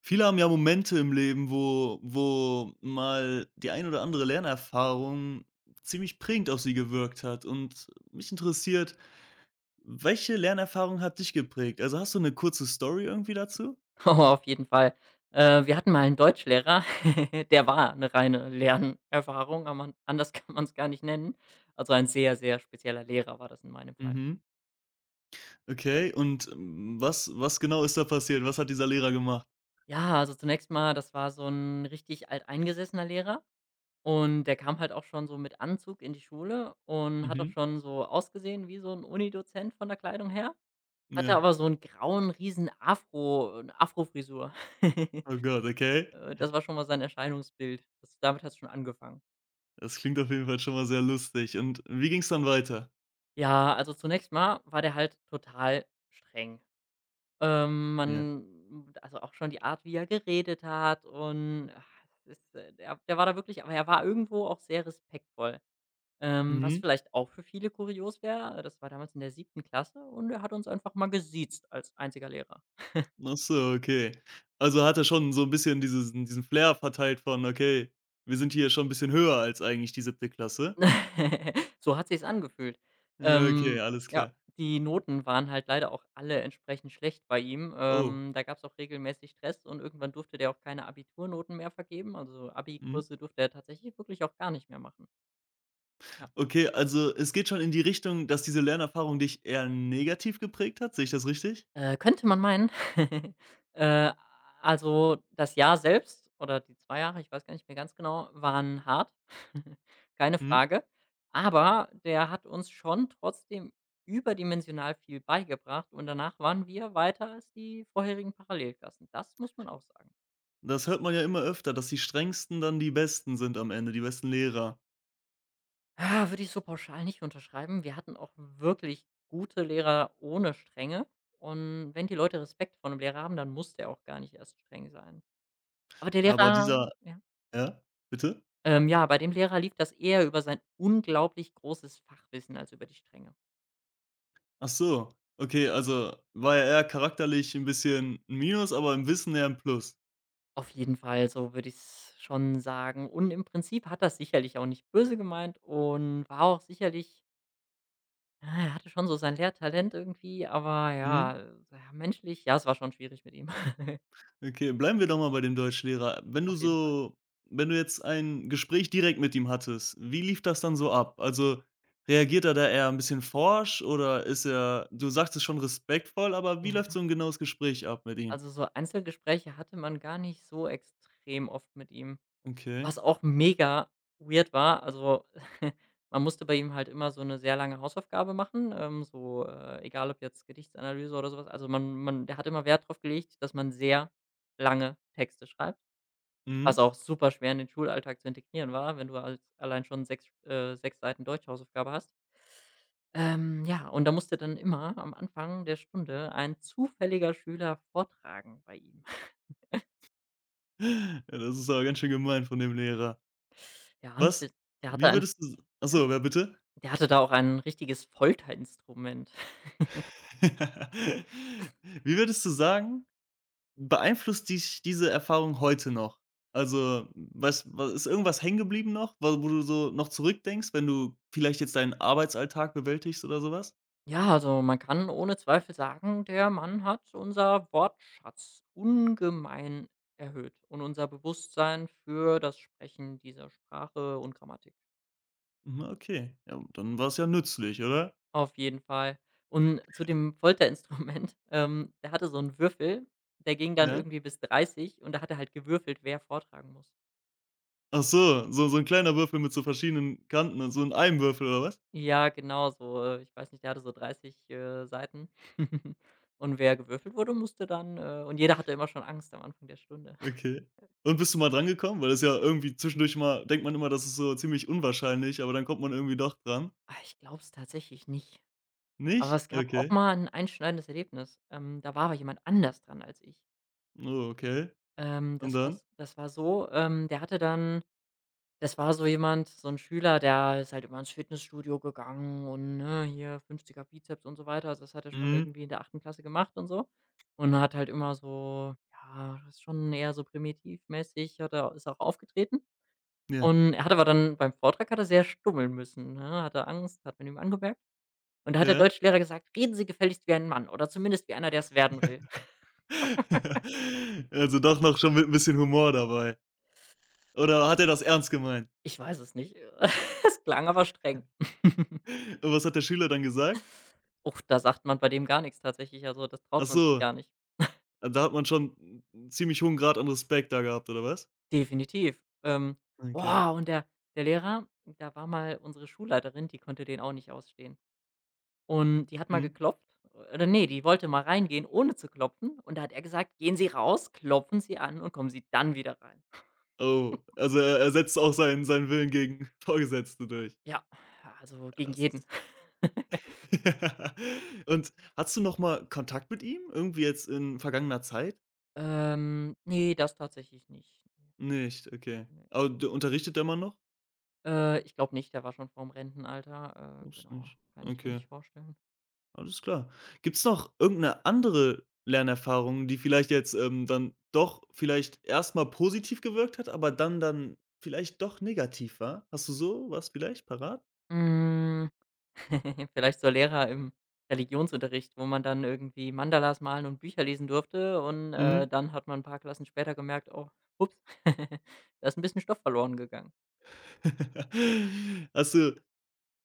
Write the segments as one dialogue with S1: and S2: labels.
S1: Viele haben ja Momente im Leben, wo mal die ein oder andere Lernerfahrung ziemlich prägend auf sie gewirkt hat. Und mich interessiert, welche Lernerfahrung hat dich geprägt? Also, hast du eine kurze Story irgendwie dazu?
S2: Oh, auf jeden Fall. Wir hatten mal einen Deutschlehrer, der war eine reine Lernerfahrung, aber anders kann man es gar nicht nennen. Also, ein sehr, sehr spezieller Lehrer war das in meinem Fall.
S1: Mhm. Okay, und, was genau ist da passiert? Was hat dieser Lehrer gemacht?
S2: Ja, also, zunächst mal, das war so ein richtig alteingesessener Lehrer, und der kam halt auch schon so mit Anzug in die Schule und hat auch
S1: Mhm.
S2: schon so ausgesehen wie so 'n Unidozent von der Kleidung her, hatte
S1: Ja.
S2: aber so einen grauen riesen Afro Frisur.
S1: Oh Gott, okay.
S2: Das war schon mal sein Erscheinungsbild. Das damit hat es schon angefangen.
S1: Das klingt auf jeden Fall schon mal sehr lustig. Und wie ging es dann weiter?
S2: Ja, also zunächst mal war der halt total streng.
S1: Ja.
S2: Man, also auch schon die Art, wie er geredet hat, und ah, es ist, der der war da wirklich, aber er war irgendwo auch sehr respektvoll. Was
S1: Mhm.
S2: vielleicht auch für viele kurios wäre, das war damals in der siebten Klasse, und er hat uns einfach mal gesiezt als einziger Lehrer.
S1: Ach so, okay. Also, hat er schon so 'n bisschen diesen Flair verteilt von: „Okay, wir sind hier schon 'n bisschen höher als eigentlich die siebte Klasse?“
S2: So hat sich's angefühlt.
S1: Ja, okay,
S2: Ähm,
S1: alles
S2: ja,
S1: klar.
S2: Die Noten waren halt leider auch alle entsprechend schlecht bei ihm.
S1: Oh,
S2: Da gab's auch regelmäßig Stress, und irgendwann durfte der auch keine Abiturnoten mehr vergeben. Also
S1: mhm.
S2: Abi-Kurse durfte er tatsächlich wirklich auch gar nicht mehr machen. Ja.
S1: Okay, also, es geht schon in die Richtung, dass diese Lernerfahrung dich eher negativ geprägt hat. Sehe ich das richtig?
S2: Könnte man meinen. Äh, also das Jahr selbst oder die 2 Jahre, ich weiß gar nicht mehr ganz genau, waren hart, keine
S1: Mhm.
S2: Frage. Aber der hat uns schon trotzdem überdimensional viel beigebracht, und danach waren wir weiter als die vorherigen Parallelklassen. Das muss man auch sagen.
S1: Das hört man ja immer öfter, dass die Strengsten dann die Besten sind am Ende, die besten Lehrer.
S2: Würde ich so pauschal nicht unterschreiben. Wir hatten auch wirklich gute Lehrer ohne Strenge. Und wenn die Leute Respekt vor 'nem Lehrer haben, dann muss der auch gar nicht erst streng sein. Aber der
S1: Aber
S2: Lehrer
S1: dieser
S2: ja?
S1: Ja, bitte?
S2: Ja, Bei dem Lehrer lief das eher über sein unglaublich großes Fachwissen als über die Strenge.
S1: Ach so, okay, also, war er eher charakterlich 'n bisschen 'n Minus, aber im Wissen eher 'n Plus.
S2: Auf jeden Fall, so würde ich's schon sagen. Und im Prinzip hat das sicherlich auch nicht böse gemeint und war auch sicherlich er hatte schon so sein Lehrtalent irgendwie, aber
S1: Mhm.
S2: ja, ja, menschlich, ja, es war schon schwierig mit ihm.
S1: Okay, bleiben wir doch mal bei dem Deutschlehrer.
S2: Auf jeden Fall.
S1: Wenn du jetzt ein Gespräch direkt mit ihm hattest, wie lief das dann so ab? Also, reagiert er da eher ein bisschen forsch oder ist er du sagtest schon respektvoll, aber wie läuft
S2: Ja.
S1: so ein genaues Gespräch ab mit ihm?
S2: Also so Einzelgespräche hatte man gar nicht so extrem oft mit ihm.
S1: Okay,
S2: Was auch mega weird war, also man musste bei ihm halt immer so eine sehr lange Hausaufgabe machen, egal ob jetzt Gedichtsanalyse oder sowas. Also man man der hat immer Wert drauf gelegt, dass man sehr lange Texte schreibt,
S1: mhm.
S2: was auch super schwer in den Schulalltag zu integrieren war, wenn du als allein schon 6 6 Seiten Deutschhausaufgabe hast. Ja, und da musste dann immer am Anfang der Stunde ein zufälliger Schüler vortragen bei ihm.
S1: Ja, das ist aber ganz schön gemein von dem Lehrer.
S2: Ja,
S1: Was?
S2: d der hatte
S1: Wie
S2: ein
S1: würdest du
S2: ja,
S1: Achso, wer bitte?
S2: Der hatte da auch ein richtiges Folterinstrument.
S1: Wie würdest du sagen Beeinflusst dich diese Erfahrung heute noch? Also, was wa ist irgendwas hängen geblieben noch, wo du so noch zurückdenkst, wenn du vielleicht jetzt deinen Arbeitsalltag bewältigst oder sowas?
S2: Ja, also man kann ohne Zweifel sagen, der Mann hat unser Wortschatz ungemein erhöht und unser Bewusstsein für das Sprechen dieser Sprache und Grammatik.
S1: Mhm, okay. Ja, dann war es ja nützlich, oder?
S2: Auf jeden Fall. Und zu dem Folterinstrument, der hatte so einen Würfel, der ging dann
S1: Ja?
S2: irgendwie bis 30, und da hat er halt gewürfelt, wer vortragen muss.
S1: Ach so, so 'n kleiner Würfel mit so verschiedenen Kanten und so in einem Würfel oder was?
S2: Ja, genau so, ich weiß nicht, der hatte so 30 Seiten. Und wer gewürfelt wurde, musste dann, und jeder hatte immer schon Angst am Anfang der Stunde.
S1: Okay. Und bist du mal dran gekommen? Weil das ja irgendwie zwischendurch mal denkt man immer, das ist so ziemlich unwahrscheinlich, aber dann kommt man irgendwie doch dran.
S2: Ich glaube es tatsächlich nicht. Aber
S1: Nicht?
S2: es gab auch
S1: Okay.
S2: mal ein einschneidendes Erlebnis. Da war aber jemand anders dran als ich.
S1: Oh, okay. Und dann?
S2: Das war so, der hatte dann das war so jemand, so ein Schüler, der ist halt immer ins Fitnessstudio gegangen und, ne, hier 50er Bizeps und so weiter. Also, das hat er schon
S1: Mhm.
S2: irgendwie in der achten Klasse gemacht und so, und hat halt immer so, ja, das ist schon eher so primitivmäßig hat er, ist auch aufgetreten.
S1: Ja.
S2: Und er hat aber dann beim Vortrag hat er sehr stummeln müssen, ne? Hatte Angst, hat man ihm angemerkt. Und da hat der
S1: Ja.
S2: Deutschlehrer gesagt: „Reden Sie gefälligst wie ein Mann oder zumindest wie einer, der es werden will.“
S1: Also doch noch schon mit ein bisschen Humor dabei. Oder hat er das ernst gemeint?
S2: Ich weiß es nicht. Es klang aber streng.
S1: Und was hat der Schüler dann gesagt?
S2: Uff, da sagt man bei dem gar nichts tatsächlich, also das traut
S1: Ach
S2: man sich
S1: so,
S2: gar nicht.
S1: da hat man schon 'n ziemlich hohen Grad an Respekt da gehabt, oder was?
S2: Definitiv.
S1: Okay.
S2: Boah, und der der Lehrer da war mal unsere Schulleiterin, die konnte den auch nicht ausstehen. Und die hat mal
S1: Mhm.
S2: geklopft oder nee, die wollte mal reingehen, ohne zu klopfen. Und da hat er gesagt: „Gehen Sie raus, klopfen Sie an und kommen Sie dann wieder rein.“
S1: Oh, also er setzt auch seinen Willen gegen Vorgesetzte durch.
S2: Ja, also
S1: Ja,
S2: gegen
S1: das
S2: jeden.
S1: ist Und hast du noch mal Kontakt mit ihm? Irgendwie jetzt in vergangener Zeit?
S2: Ne, das tatsächlich nicht.
S1: Nicht, okay.
S2: Ne.
S1: Aber d unterrichtet er immer noch?
S2: Ich glaube nicht, der war schon vorm Rentenalter.
S1: Weiß
S2: Genau,
S1: nicht.
S2: kann ich mir
S1: Okay.
S2: nicht vorstellen.
S1: Alles klar. Gibt es noch irgendeine andere Lernerfahrung, die vielleicht jetzt, dann doch vielleicht erstmal positiv gewirkt hat, aber dann vielleicht doch negativ war? Hast du so was vielleicht parat?
S2: Hm, vielleicht so Lehrer im Religionsunterricht, wo man dann irgendwie Mandalas malen und Bücher lesen durfte, und,
S1: Mhm.
S2: dann hat man ein paar Klassen später gemerkt: „Oh, ups, da ist ein bisschen Stoff verloren gegangen.“
S1: Hast du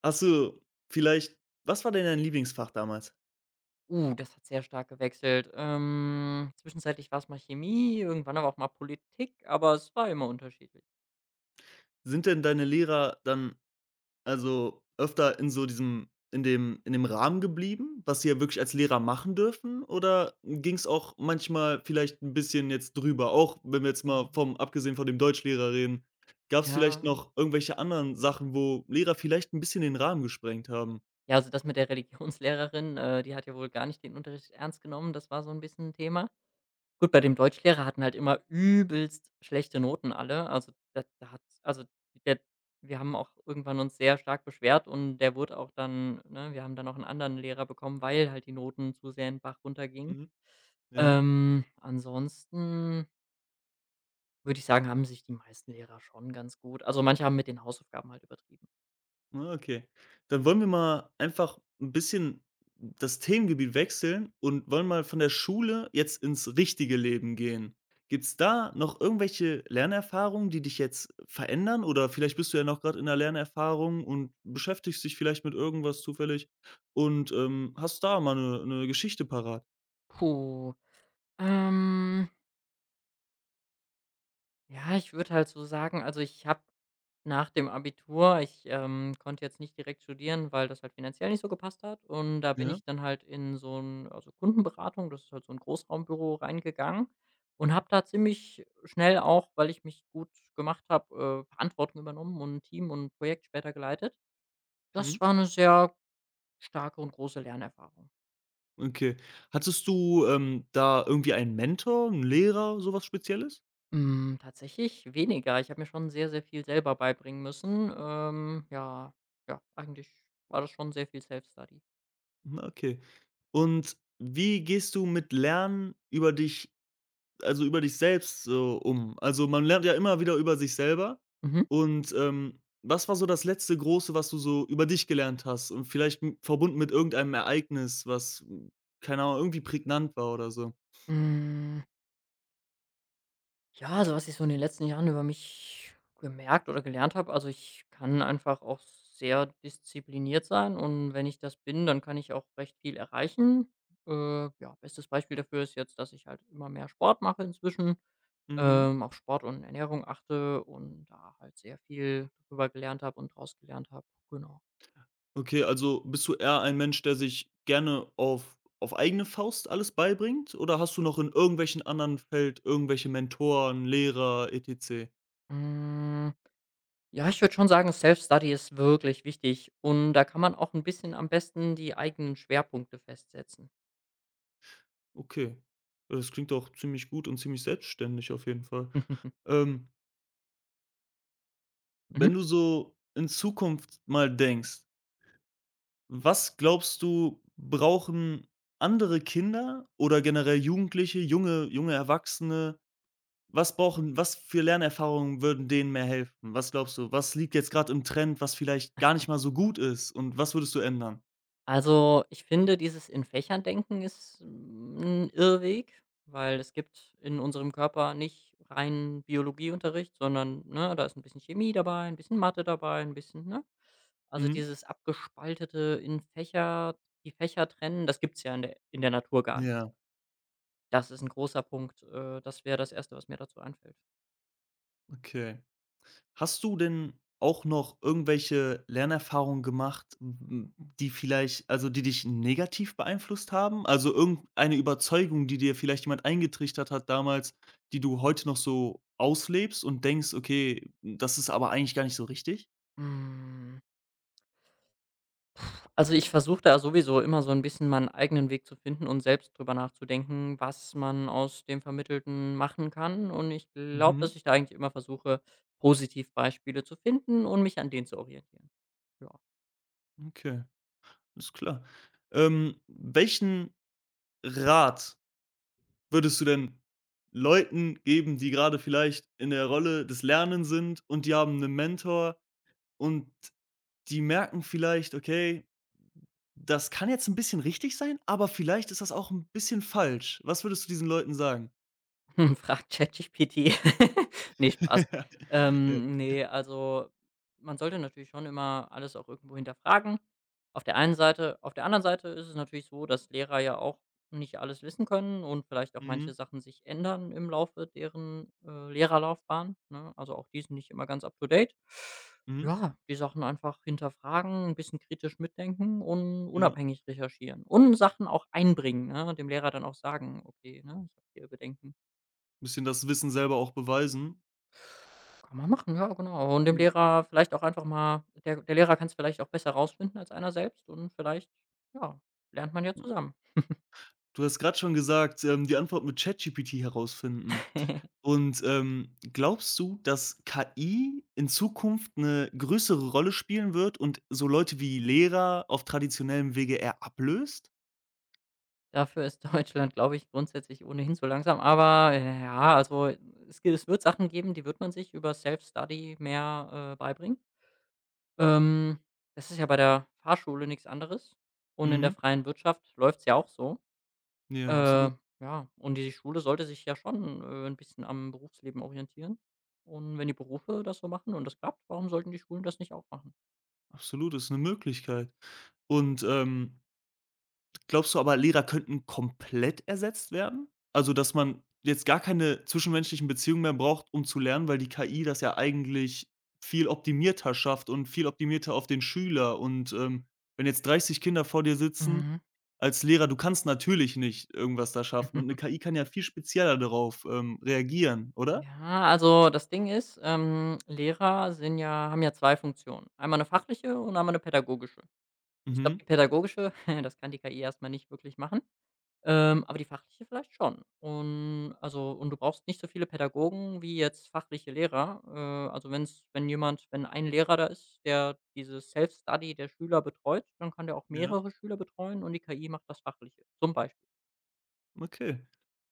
S1: hast du vielleicht was war denn dein Lieblingsfach damals?
S2: Das hat sehr stark gewechselt. Zwischenzeitlich war es mal Chemie, irgendwann aber auch mal Politik, aber es war immer unterschiedlich.
S1: Sind denn deine Lehrer dann Also, öfter in so diesem in dem Rahmen geblieben, was sie ja wirklich als Lehrer machen dürfen? Oder ging es auch manchmal vielleicht ein bisschen jetzt drüber? Auch wenn wir jetzt mal
S2: Mhm.
S1: vom abgesehen von dem Deutschlehrer reden, gab es
S2: Ja.
S1: vielleicht noch irgendwelche anderen Sachen, wo Lehrer vielleicht ein bisschen den Rahmen gesprengt haben?
S2: Ja, also das mit der Religionslehrerin, die hat ja wohl gar nicht den Unterricht ernst genommen. Das war so ein bisschen ein Thema. Gut, bei dem Deutschlehrer hatten halt immer übelst schlechte Noten alle. Also, da hat, also, der wir haben auch irgendwann uns sehr stark beschwert, und der wurde auch dann, ne, wir haben dann auch einen anderen Lehrer bekommen, weil halt die Noten zu sehr in den Bach runtergingen.
S1: Mhm. Ja.
S2: Ansonsten würde ich sagen, haben sich die meisten Lehrer schon ganz gut, also, manche haben mit den Hausaufgaben halt übertrieben.
S1: Ah, okay. Dann wollen wir mal einfach ein bisschen das Themengebiet wechseln und wollen mal von der Schule jetzt ins richtige Leben gehen. Gibt's da noch irgendwelche Lernerfahrungen, die dich jetzt verändern? Oder vielleicht bist du ja noch gerade in 'ner Lernerfahrung und beschäftigst dich vielleicht mit irgendwas zufällig und, hast da mal eine 'ne Geschichte parat?
S2: Puh, ähm ja, ich würde halt so sagen, also, ich habe nach dem Abitur, konnte jetzt nicht direkt studieren, weil das halt finanziell nicht so gepasst hat. Und da bin
S1: Ja?
S2: ich dann halt in so ein, also, Kundenberatung, das ist halt so ein Großraumbüro reingegangen, und habe da ziemlich schnell auch, weil ich mich gut gemacht habe, Verantwortung übernommen und 'n Team und 'n Projekt später geleitet.
S1: Mhm.
S2: Das war eine sehr starke und große Lernerfahrung.
S1: Okay. Hattest du, da irgendwie einen Mentor, einen Lehrer, sowas Spezielles?
S2: Hm, tatsächlich weniger. Ich habe mir schon sehr, sehr viel selber beibringen müssen. Ja, ja, eigentlich war das schon sehr viel Self-Study.
S1: Mhm, okay. Und wie gehst du mit Lernen über dich also, über dich selbst so um? Also, man lernt ja immer wieder über sich selber
S2: Mhm.
S1: und, was war so das letzte große, was du so über dich gelernt hast und vielleicht m verbunden mit irgendeinem Ereignis, was, keine Ahnung, irgendwie prägnant war oder so?
S2: Hm, ja, also was ich so in den letzten Jahren über mich gemerkt oder gelernt habe, also ich kann einfach auch sehr diszipliniert sein, und wenn ich das bin, dann kann ich auch recht viel erreichen. Äh, ja, bestes Beispiel dafür ist jetzt, dass ich halt immer mehr Sport mache inzwischen,
S1: Mhm.
S2: auf Sport und Ernährung achte und da halt sehr viel drüber gelernt habe und draus gelernt habe. Genau.
S1: Okay, also bist du eher ein Mensch, der sich gerne auf eigene Faust alles beibringt oder hast du noch in irgendwelchen anderen Feld irgendwelche Mentoren, Lehrer, etc.?
S2: Hm, ja, ich würde schon sagen, Self-Study ist wirklich wichtig, und da kann man auch ein bisschen am besten die eigenen Schwerpunkte festsetzen.
S1: Okay. Ja, das klingt doch ziemlich gut und ziemlich selbstständig auf jeden Fall. Ähm,
S2: Mhm.
S1: wenn du so in Zukunft mal denkst, was glaubst du, brauchen andere Kinder oder generell Jugendliche, junge Erwachsene was für Lernerfahrungen würden denen mehr helfen? Was glaubst du, was liegt jetzt gerade im Trend, was vielleicht gar nicht mal so gut ist und was würdest du ändern?
S2: Also, ich finde, dieses in Fächern denken ist 'n Irrweg, weil es gibt in unserem Körper nicht reinen Biologieunterricht, sondern, ne, da ist ein bisschen Chemie dabei, ein bisschen Mathe dabei, ein bisschen, ne? Also,
S1: Mhm.
S2: dieses abgespaltete in Fächer, die Fächer trennen, das gibt's ja in der Natur gar nicht.
S1: Ja,
S2: Das ist ein großer Punkt. Das wäre das Erste, was mir dazu einfällt.
S1: okay. Hast du denn auch noch irgendwelche Lernerfahrungen gemacht, m die vielleicht also, die dich negativ beeinflusst haben? Also, irgendeine Überzeugung, die dir vielleicht jemand eingetrichtert hat damals, die du heute noch so auslebst und denkst: „Okay, das ist aber eigentlich gar nicht so richtig?“
S2: Hm. Also, ich versuche da sowieso immer so ein bisschen meinen eigenen Weg zu finden und selbst drüber nachzudenken, was man aus dem Vermittelten machen kann. Und ich glaube,
S1: Mhm,
S2: dass ich da eigentlich immer versuche, Positivbeispiele zu finden und mich an denen zu orientieren. Ja.
S1: okay, ist klar. Welchen Rat würdest du denn Leuten geben, die gerade vielleicht in der Rolle des Lernens sind und die haben einen Mentor und die merken vielleicht: „Okay, das kann jetzt ein bisschen richtig sein, aber vielleicht ist das auch ein bisschen falsch.“ Was würdest du diesen Leuten sagen?
S2: Frag ChatGPT. Ne, Spaß.
S1: Ja.
S2: Ne, also, man sollte natürlich schon immer alles auch irgendwo hinterfragen. Auf der einen Seite. Auf der anderen Seite ist es natürlich so, dass Lehrer ja auch nicht alles wissen können und vielleicht auch manche
S1: Mhm,
S2: Sachen sich ändern im Laufe deren, Lehrerlaufbahn, ne? Also, auch die sind nicht immer ganz up to date.
S1: mhm,
S2: Ja, die Sachen einfach hinterfragen, ein bisschen kritisch mitdenken und
S1: ja.
S2: unabhängig recherchieren und Sachen auch einbringen, ne? Dem Lehrer dann auch sagen: „Okay, ne, ich habe hier Bedenken.“
S1: Bisschen das Wissen selber auch beweisen.
S2: Kann man machen, ja, genau. Und dem
S1: J
S2: Lehrer vielleicht auch einfach mal, der der Lehrer kann es vielleicht auch besser rausfinden als einer selbst, und vielleicht, ja, lernt man ja
S1: Ja.
S2: zusammen.
S1: Du hast gerade schon gesagt, die Antwort mit ChatGPT herausfinden. Und, glaubst du, dass KI in Zukunft eine größere Rolle spielen wird und so Leute wie Lehrer auf traditionellem Wege eher ablöst?
S2: Dafür ist Deutschland, glaube ich, grundsätzlich ohnehin so langsam, aber ja, also, es g es wird Sachen geben, die wird man sich über Self-Study mehr, beibringen. Ähm, Das ist ja bei der Fahrschule nichts anderes, und in der
S1: Mhm.
S2: freien Wirtschaft läuft's ja auch so.
S1: Ja,
S2: Äh,
S1: absolut.
S2: ja, und die Schule sollte sich ja schon, 'n bisschen am Berufsleben orientieren. Und wenn die Berufe das so machen und das klappt, warum sollten die Schulen das nicht auch machen?
S1: Absolut, ist eine Möglichkeit. Und, glaubst du aber, Lehrer könnten komplett ersetzt werden? Also, dass man jetzt gar keine zwischenmenschlichen Beziehungen mehr braucht, um zu lernen, weil die KI das ja eigentlich viel optimierter schafft und viel optimierter auf den Schüler und, wenn jetzt 30 Kinder vor dir sitzen
S2: Mhm.
S1: als Lehrer, du kannst natürlich nicht irgendwas da schaffen und 'ne KI kann ja viel spezieller darauf, reagieren, oder?
S2: Ja, also das Ding ist, Lehrer sind ja haben ja 2 Funktionen. Einmal eine fachliche und einmal eine pädagogische. Ich glaube,
S1: Mhm,
S2: die pädagogische, das kann die KI erst mal nicht wirklich machen. Aber die fachliche vielleicht schon. Und also, und du brauchst nicht so viele Pädagogen wie jetzt fachliche Lehrer. Also, wenn's wenn jemand wenn ein Lehrer da ist, der dieses Self-Study der Schüler betreut, dann kann der auch
S1: ja,
S2: mehrere Schüler betreuen, und die KI macht das Fachliche, zum Beispiel.
S1: okay.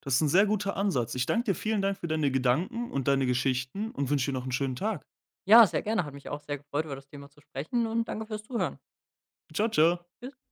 S1: Das ist ein sehr guter Ansatz. Ich danke dir, vielen Dank für deine Gedanken und deine Geschichten und wünsche dir noch einen schönen Tag.
S2: Ja, sehr gerne, hat mich auch sehr gefreut, über das Thema zu sprechen, und danke fürs Zuhören.
S1: Ciao, ciao.
S2: Bis